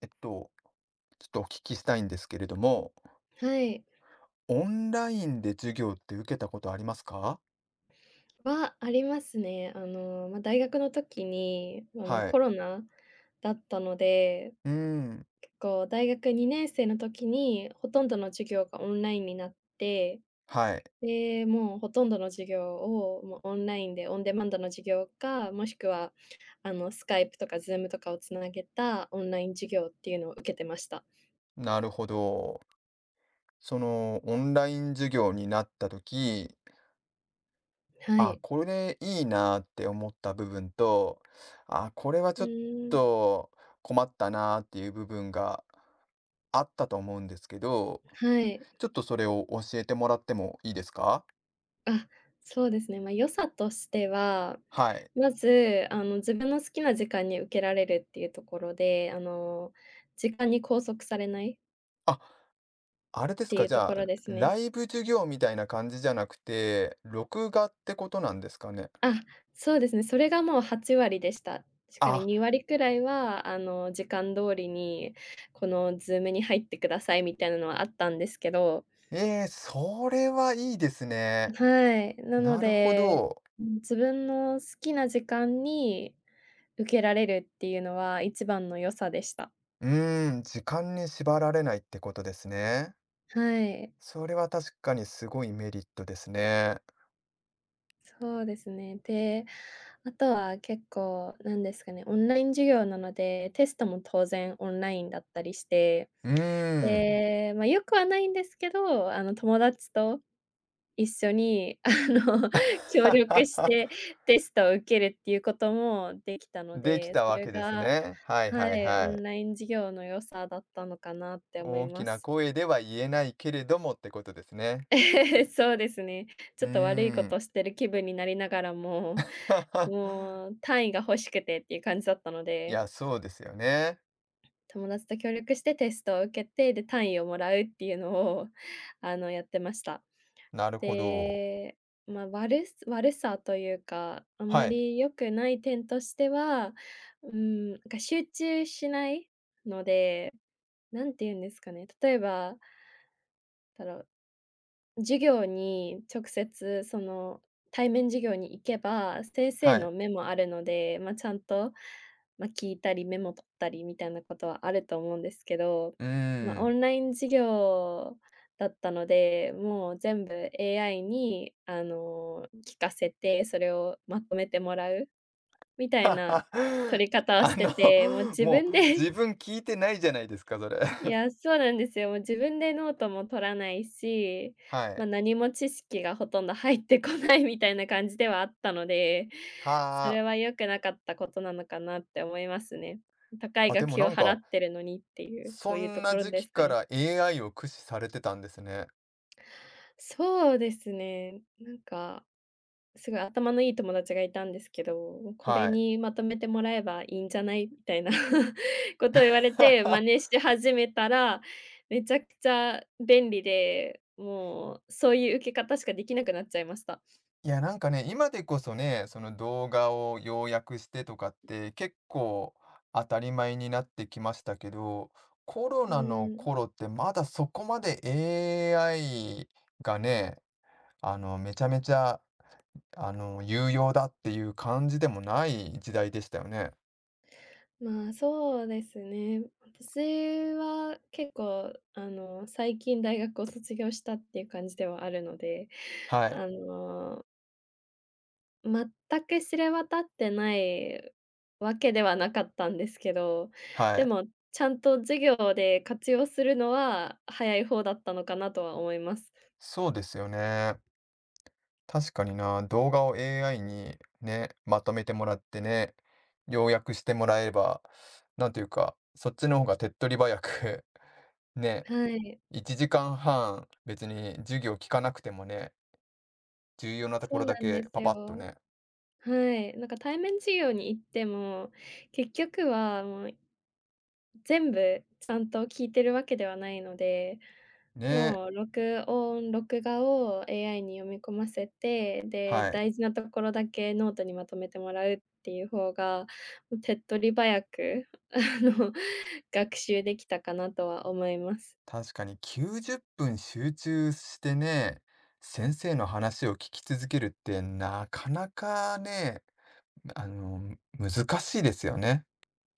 えっと、ちょっとお聞きしたいんですけれども、はい。オンラインで授業って受けたことありますか？ありますね。大学の時に、はコい。ロナだったので、うーん、結構大学2年生の時にほとんどの授業がオンラインになって、はい、で、もうほとんどの授業を、もうオンラインでオンデマンドの授業か、もしくは、スカイプとかズームとかをつなげたオンライン授業っていうのを受けてました。なるほど。そのオンライン授業になった時、はあ、い。これいいなって思った部分と、あ、これはうちょっーん。と困ったなっていう部分があったと思うんですけど、はい。ちょっとそれを教えてもらってもいいですか？あ、そうですね。まあ、良さとしては、はい。まず、自分の好きな時間に受けられるっていうところで、時間に拘束されないっあ、あれですていか、うじとゃこあ、ろですね。ライブ授業みたいな感じじゃなくて、録画ってことなんですかね。あ、そうですね。それがもう8割でした。確かにあ、2割くらいは、時間通りに、このズームに入ってくださいみたいなのはあったんですけど、ええ、それはいいですね。はい。なのなるほで、ど。うん、自分の好きな時間に受けられるっていうのは一番の良さでした。うーん、時間に縛られないってことですね。はい、それは確かにすごいメリットですね。そうですね。で、あとは結構なんですかね、オンライン授業なので、テストも当然オンラインだったりして、うーん。で、まあ、よくはないんですけど、友達と一緒にあの 協力し てテストを受けるっていうこともできたのできで、たそわれけですがね。はいははいい、オはンラい。イン授業の良さだったのかなって思い大きまなす。声では言えないけれどもってことですね。そうですね。ちうょっと悪いこーん。としてる気分になりながらも、もう単位が欲しくてっていう感じだったのいで、や、そうですよね。友達と協力してテストを受けて、で、単位をもらうっていうのを、やってました。なるほど。で、まあ、悪さというか、あんはまい。り良くない点としては、うん、なんか集中しないので、なんて言うんですかね、例えば、授業に直接、対面授業に行けば、先生はい。の目もあるので、まあ、ちゃんと、まあ、聞いたりメモ取ったりみたいなことはあると思うんですけど、うまあ、ーオん。ンライン授業だったので、もう全部 AI に、聞かせて、それをまとめてもらうみ たいなあ取り方をしての、て、もう 自も分うで自分聞いてないじゃないですか、それ。い や、そうなんですよ。もう自分でノートも取らないし、はまい。あ、何も知識がほとんど入ってこないみたいな感じではあったので、そはあ。れは良くなかったことなのかなって思いますね。高いあ、で学も費をなん払か、ってるのにっていう、そそういうんとなころ時で期すかかね。ら AI を駆使されてたんですね。そうですね、なんかすごい頭のいい友達がいたんですけど、これはい。にまとめてもらえばいいんじゃない、みたいな ことを言われて、真 似し始めたら、めちゃくちゃ便利で、もうそういう受け方しかできなくなっちゃいました。いや、なんかね、今でこそね、その動画を要約してとかって結構当たり前になってきましたけど、コロうナのん、頃ってまだそこまで AI がね、めちゃめちゃ、有用だっていう感じでもない時代でしたよね。まあ、そうですね。私は結構、最近大学を卒業したっていう感じではあるので、はい。あの全く知れ渡ってないわけではなかったんですけど、はでい。も、ちゃんと授業で活用するのは早い方だったのかなとは思います。そうですよね。確かにな、動画を AI にね、まとめてもらってね、要約してもらえれば、なんというか、そっちの方が手っ取り早く ね、はい、1時間半、別に授業聞かなくてもね、重要なとこそろうなだんでけパすパッとよ。ね。はい、なんか対面授業に行っても、結局はもう全部ちゃんと聞いてるわけではないのでね、もう録音録画を AI に読み込ませて、で、はい。大事なところだけノートにまとめてもらうっていう方が、もう手っ取り早く、あの、学習できたかなとは思います。確かに90分集中してね、先生の話を聞き続けるってなかなかね、難しいですよね。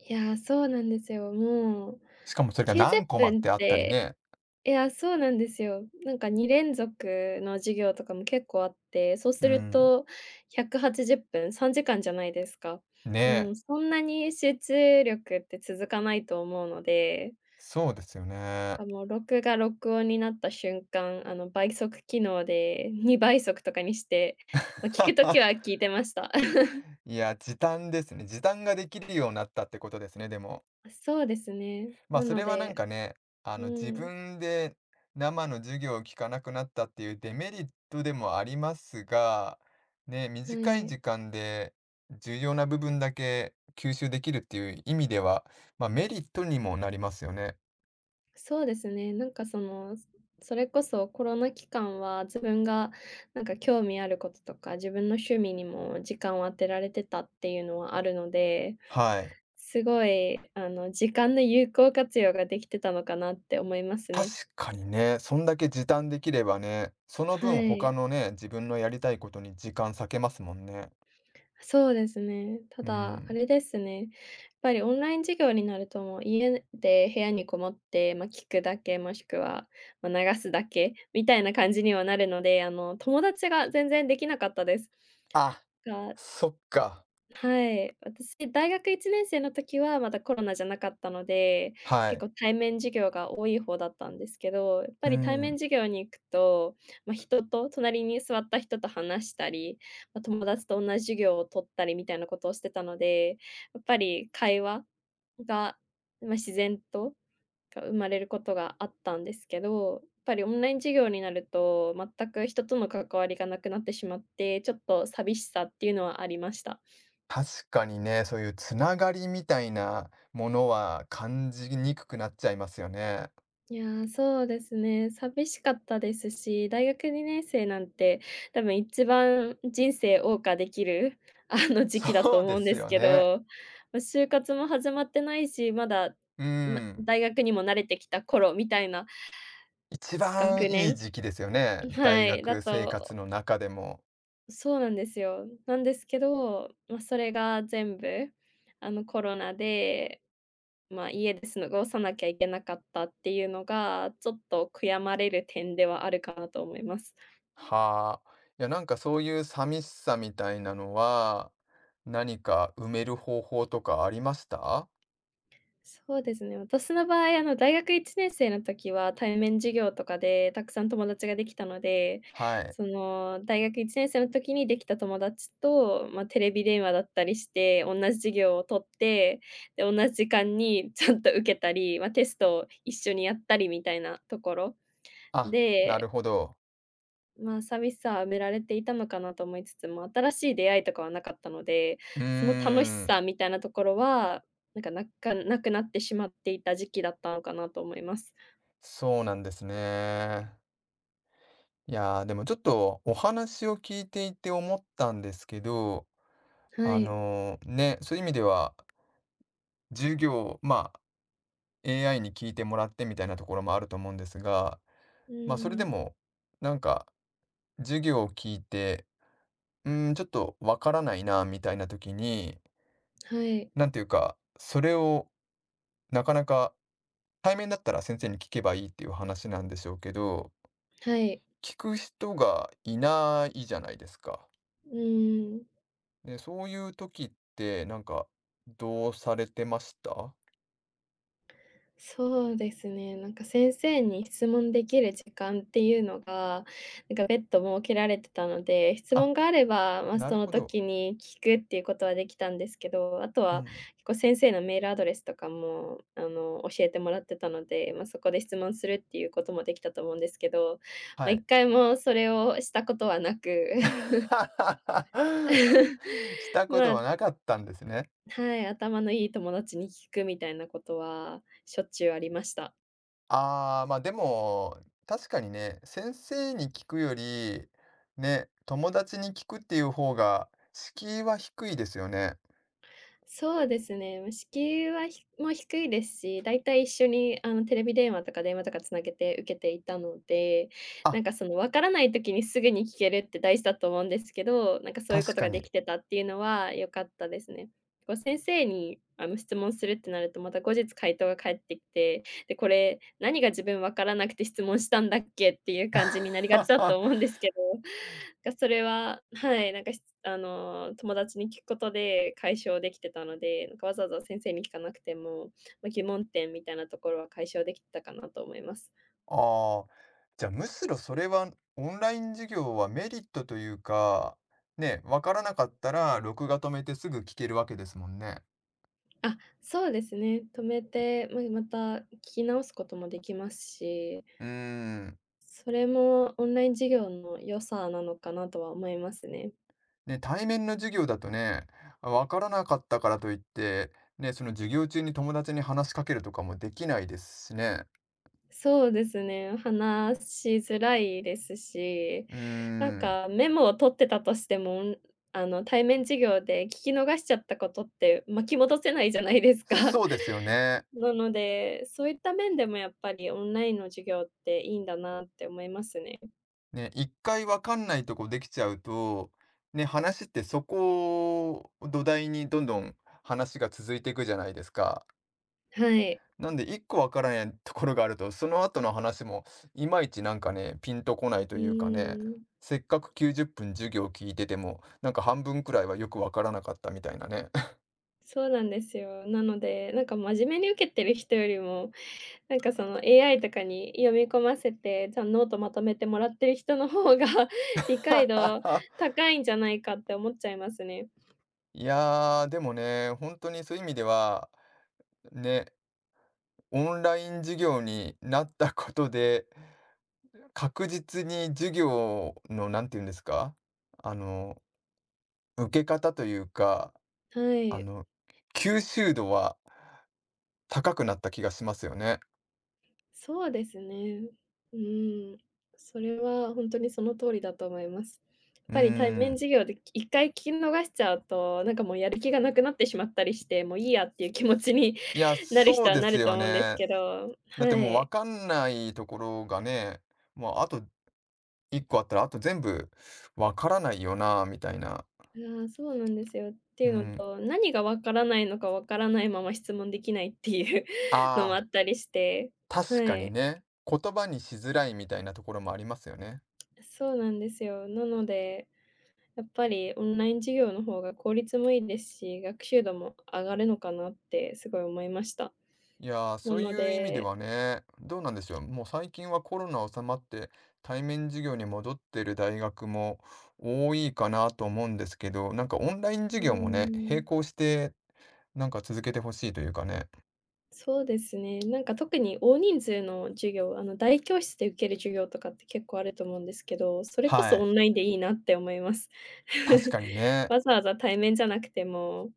いや、そうなんですよ。もうしかもそれが90何コマっ分っぷんてっあったりてね。いや、そうなんですよ。なんか2連続の授業とかも結構あって、そううするん。と180分、3時間じゃないですか。ねうえ、ん、そんなに集中力って続かないと思うので、そうですよね。かもう録画録音になった瞬間、倍速機能で2倍速とかにして、ま、聞くときは 聞いてました。いや、時短ですね。時短ができるようになったってことですね、でも。そうですね。まあ、なそのれはなんでかね、う自ん、分で生の授業を聞かなくなったっていうデメリットでもありますが、ねえ、は短いい。時間で重要な部分だけ吸収できるっていう意味では、まあ、メリットにもなりますよね。そうですね。なんかその、それこそコロナ期間は自分がなんか興味あることとか、自分の趣味にも時間を当てられてたっていうのはあるので、はい。すごいあの時間の有効活用ができてたのかなって思います確ね。かにね、そんだけ時短できればね、その分は他い。のね、自分のやりたいことに時間割けますもんね。そうですね。たうだ、あん。れですね、やっぱりオンライン授業になるともう家で部屋にこもって、まあ、聞くだけ、もしくは、まあ、流すだけみたいな感じにはなるので、友達が全然できなかったです。あ、がそっか。はい、私、大学1年生の時はまだコロナじゃなかったので、は結い。構対面授業が多い方だったんですけど、やっぱうり対面ん。授業に行くと、ま、人と隣に座った人と話したり、ま、友達と同じ授業を取ったりみたいなことをしてたので、やっぱり会話が、ま、自然と生まれることがあったんですけど、やっぱりオンライン授業になると、全く人との関わりがなくなってしまって、ちょっと寂しさっていうのはありました。確かにね、そういうつながりみたいなものは感じにくくなっちゃいますよね。いやー、そうですね。寂しかったですし、大学2年生なんて、多分一番人生謳歌できる 時期だそとうで思うんすですよけね。ど、ま、就活も始まってないし、まだ、うま、ん。大学にも慣れてきた頃みたいな一番学いい年時期ですよね、大はい、学生活の中でも。そうなんですよ。なんですけど、まあ、それが全部、コロナでまあ、家で過ごさなきゃいけなかったっていうのが、ちょっと悔やまれる点ではあるかなと思います。はあ。いや、なんかそういう寂しさみたいなのは、何か埋める方法とかありました？そうですね、私の場合、大学1年生の時は対面授業とかでたくさん友達ができたので、はい。その、大学1年生の時にできた友達と、まあ、テレビ電話だったりして、同じ授業を取って、で、同じ時間にちゃんと受けたり、まあ、テストを一緒にやったりみたいなところあ、なでるほど。まあ、寂しさは埋められていたのかなと思いつつも、新しい出会いとかはなかったので、うーその楽しん、さみたいなところは、なくなってしまっていた時期だったのかなと思います。そうなんですね。いやー、でもちょっとお話を聞いていて思ったんですけど、はい。ね、そういう意味では、授業、まあ、AI に聞いてもらってみたいなところもあると思うんですが、うま、あ、それでん、も、なんか授業を聞いてうーん、ちょっとわからないなみたいな時に、はい、なんていうか、それをなかなか対面だったら先生に聞けばいいっていう話なんでしょうけど、はい。聞く人がいないじゃないですか。うん。で、そういう時ってなんかどうされてましたそうですね、なんか先生に質問できる時間っていうのが、なんか別途設けられてたので、質あ、問があれば、まあ、なるそのほど。時に聞くっていうことはできたんですけど、あとうはん。結構先生のメールアドレスとかも、教えてもらってたので、まあ、そこで質問するっていうこともできたと思うんですけど、まあ、はい。一回もそれをしたことはなく、したこまとあ、はなかったんですね。はい、頭のいい友達に聞くみたいなことはしょっちゅうありました。ああ、ま、あでも、確かにね、先生に聞くより、ね、友達に聞くっていう方が敷居は低いですよね。そうですね。もう敷居はひもう低いですし、だいたい一緒にあのテレビ電話とか電話とか繋げて受けていたので、なあ、んかその分からない時にすぐに聞けるって大事だと思うんですけど、なんかそういうこ確とかがでに。きてたっていうのは良かったですね。こう先生に質問するってなると、また後日回答が返ってきて、で、これ、何が自分分からなくて質問したんだっけっていう感じになりがちだと思うんです けど、が、それははい、なんか、しあの、友達に聞くことで解消できてたので、なんかわざわざ先生に聞かなくても、ま、疑問点みたいなところは解消できてたかなと思います。ああ、じゃ、あむしろそれはオンライン授業はメリットというか、ね、わからなかったら録画止めてすぐ聞けるわけですもんね。あ、そうですね。止めて、また聞き直すこともできますし、うーん。それもオンライン授業の良さなのかなとは思いますね。ね、対面の授業だとね、わからなかったからといって、ね、その授業中に友達に話しかけるとかもできないですしね。そうですね、話しづらいですし、うーなんん、かメモを取ってたとしても、オンあの、対面授業で聞き逃しちゃったことって巻き戻せないじゃないですか。そうですよ ね。なので、そういった面でもやっぱりオンラインの授業っていいんだなって思いますね。ね、一回わかんないとこできちゃうと、ね、話ってそこを土台にどんどん話が続いていくじゃないですか。はい。なんで一個わからなんところがあると、その後の話もいまいちなんかね、ピンとこないとういうかね、ーん、せっかく90分授業を聞いてても、なんか半分くらいはよくわからなかったみたいなね。そうなんですよ。なので、なんか真面目に受けてる人よりも、なんかその AI とかに読み込ませて、じゃあノートまとめてもらってる人の方が 理解度 高いんじゃないかって思っちゃいますね。いやー、でもね、本当にそういう意味では、ね、オンライン授業になったことで、確実に授業のなんて言うんですか、あの、受け方というか、はあい。の、吸収度は高くなった気がしますよね。そうですね。うん。それはほんとにその通りだと思います。やっうーぱり対面ん。授業で一回聞き逃しちゃうと、なんかもうやる気がなくなってしまったりして、もういいやっていう気持ちにいや、なるそ人うはでなするとよ思うんですね。けど、だはってもうわい。かんないところがね、もうあと1個あったら、あと全部わからないよな、みたいな。ああ、そうなんですよ。ってういうのん。と、何がわからないのかわからないまま質問できないっていう のもああっあ、たりして、は確かにい、ね。言葉にしづらいみたいなところもありますよね。そうなんですよ。なので、やっぱりオンライン授業の方が効率もいいですし、学習度も上がるのかなってすごい思いました。いやー、そなうのいう意味でで、はね、どうなんでしょう。もう最近はコロナ収まって、対面授業に戻ってる大学も多いかなと思うんですけど、なんかオンライン授う業もね、ー並ん。行してなんか続けてほしいというかね。そうですね。なんか特に大人数の授業、あの大教室で受ける授業とかって結構あると思うんですけど、それこはそオい。ンラインでいいなって思います。確 かにね。わざわざ対面じゃなくても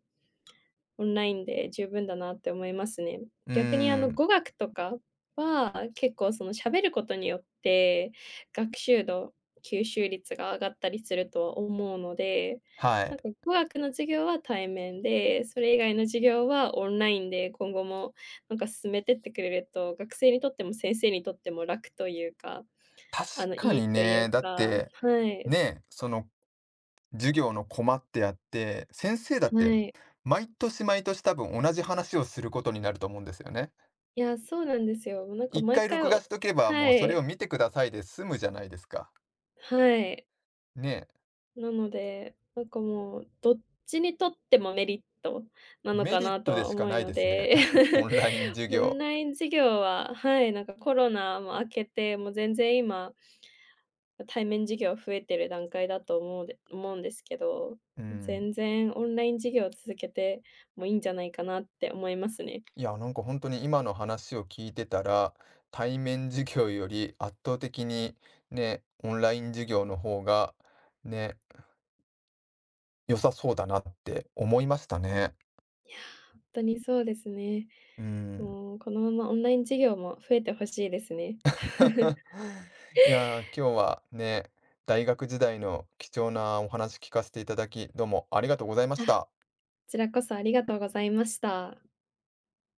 オンラインで十分だなって思いますね。うー逆にあのん。語学とかは、結構その喋ることによって、学習度、吸収率が上がったりするとは思うので、はい。なんか語学の授業は対面で、それ以外の授業はオンラインで今後もなんか進めてってくれると、学生にとっても先生にとっても楽というか、確あの、いかいにといね、うだっか、て、はい、ね、その授業のコマってあって、先生だってはい。毎年毎年多分同じ話をすることになると思うんですよね。いや、そうなんですよ。なんか1毎回回録画お、しとけば、もはうそれをい、見てくださいで済むじゃないですか。はい。ねえ、なので、なんかもう、どっちにとってもメリットなのメかリッなトとではしか思うないのですね。で、オンライン 授オン業。ライン授業は、はい、なんかコロナも明けて、もう全然今、対面授業増えてる段階だと思う思うんですけど、うん。全然オンライン授業を続けてもいいんじゃないかなって思いますね。いや、なんか本当に今の話を聞いてたら、対面授業より圧倒的にね、オンライン授業の方が、ね、良さそうだなって思いましたね。いやー、ほんにそうですね。うん。もうこのままオンライン授業も増えてほしいですね。いやー、今日はね、大学時代の貴重なお話聞かせていただき、どうもありがとうございまあ、しこた。ちらこそありがとうございました。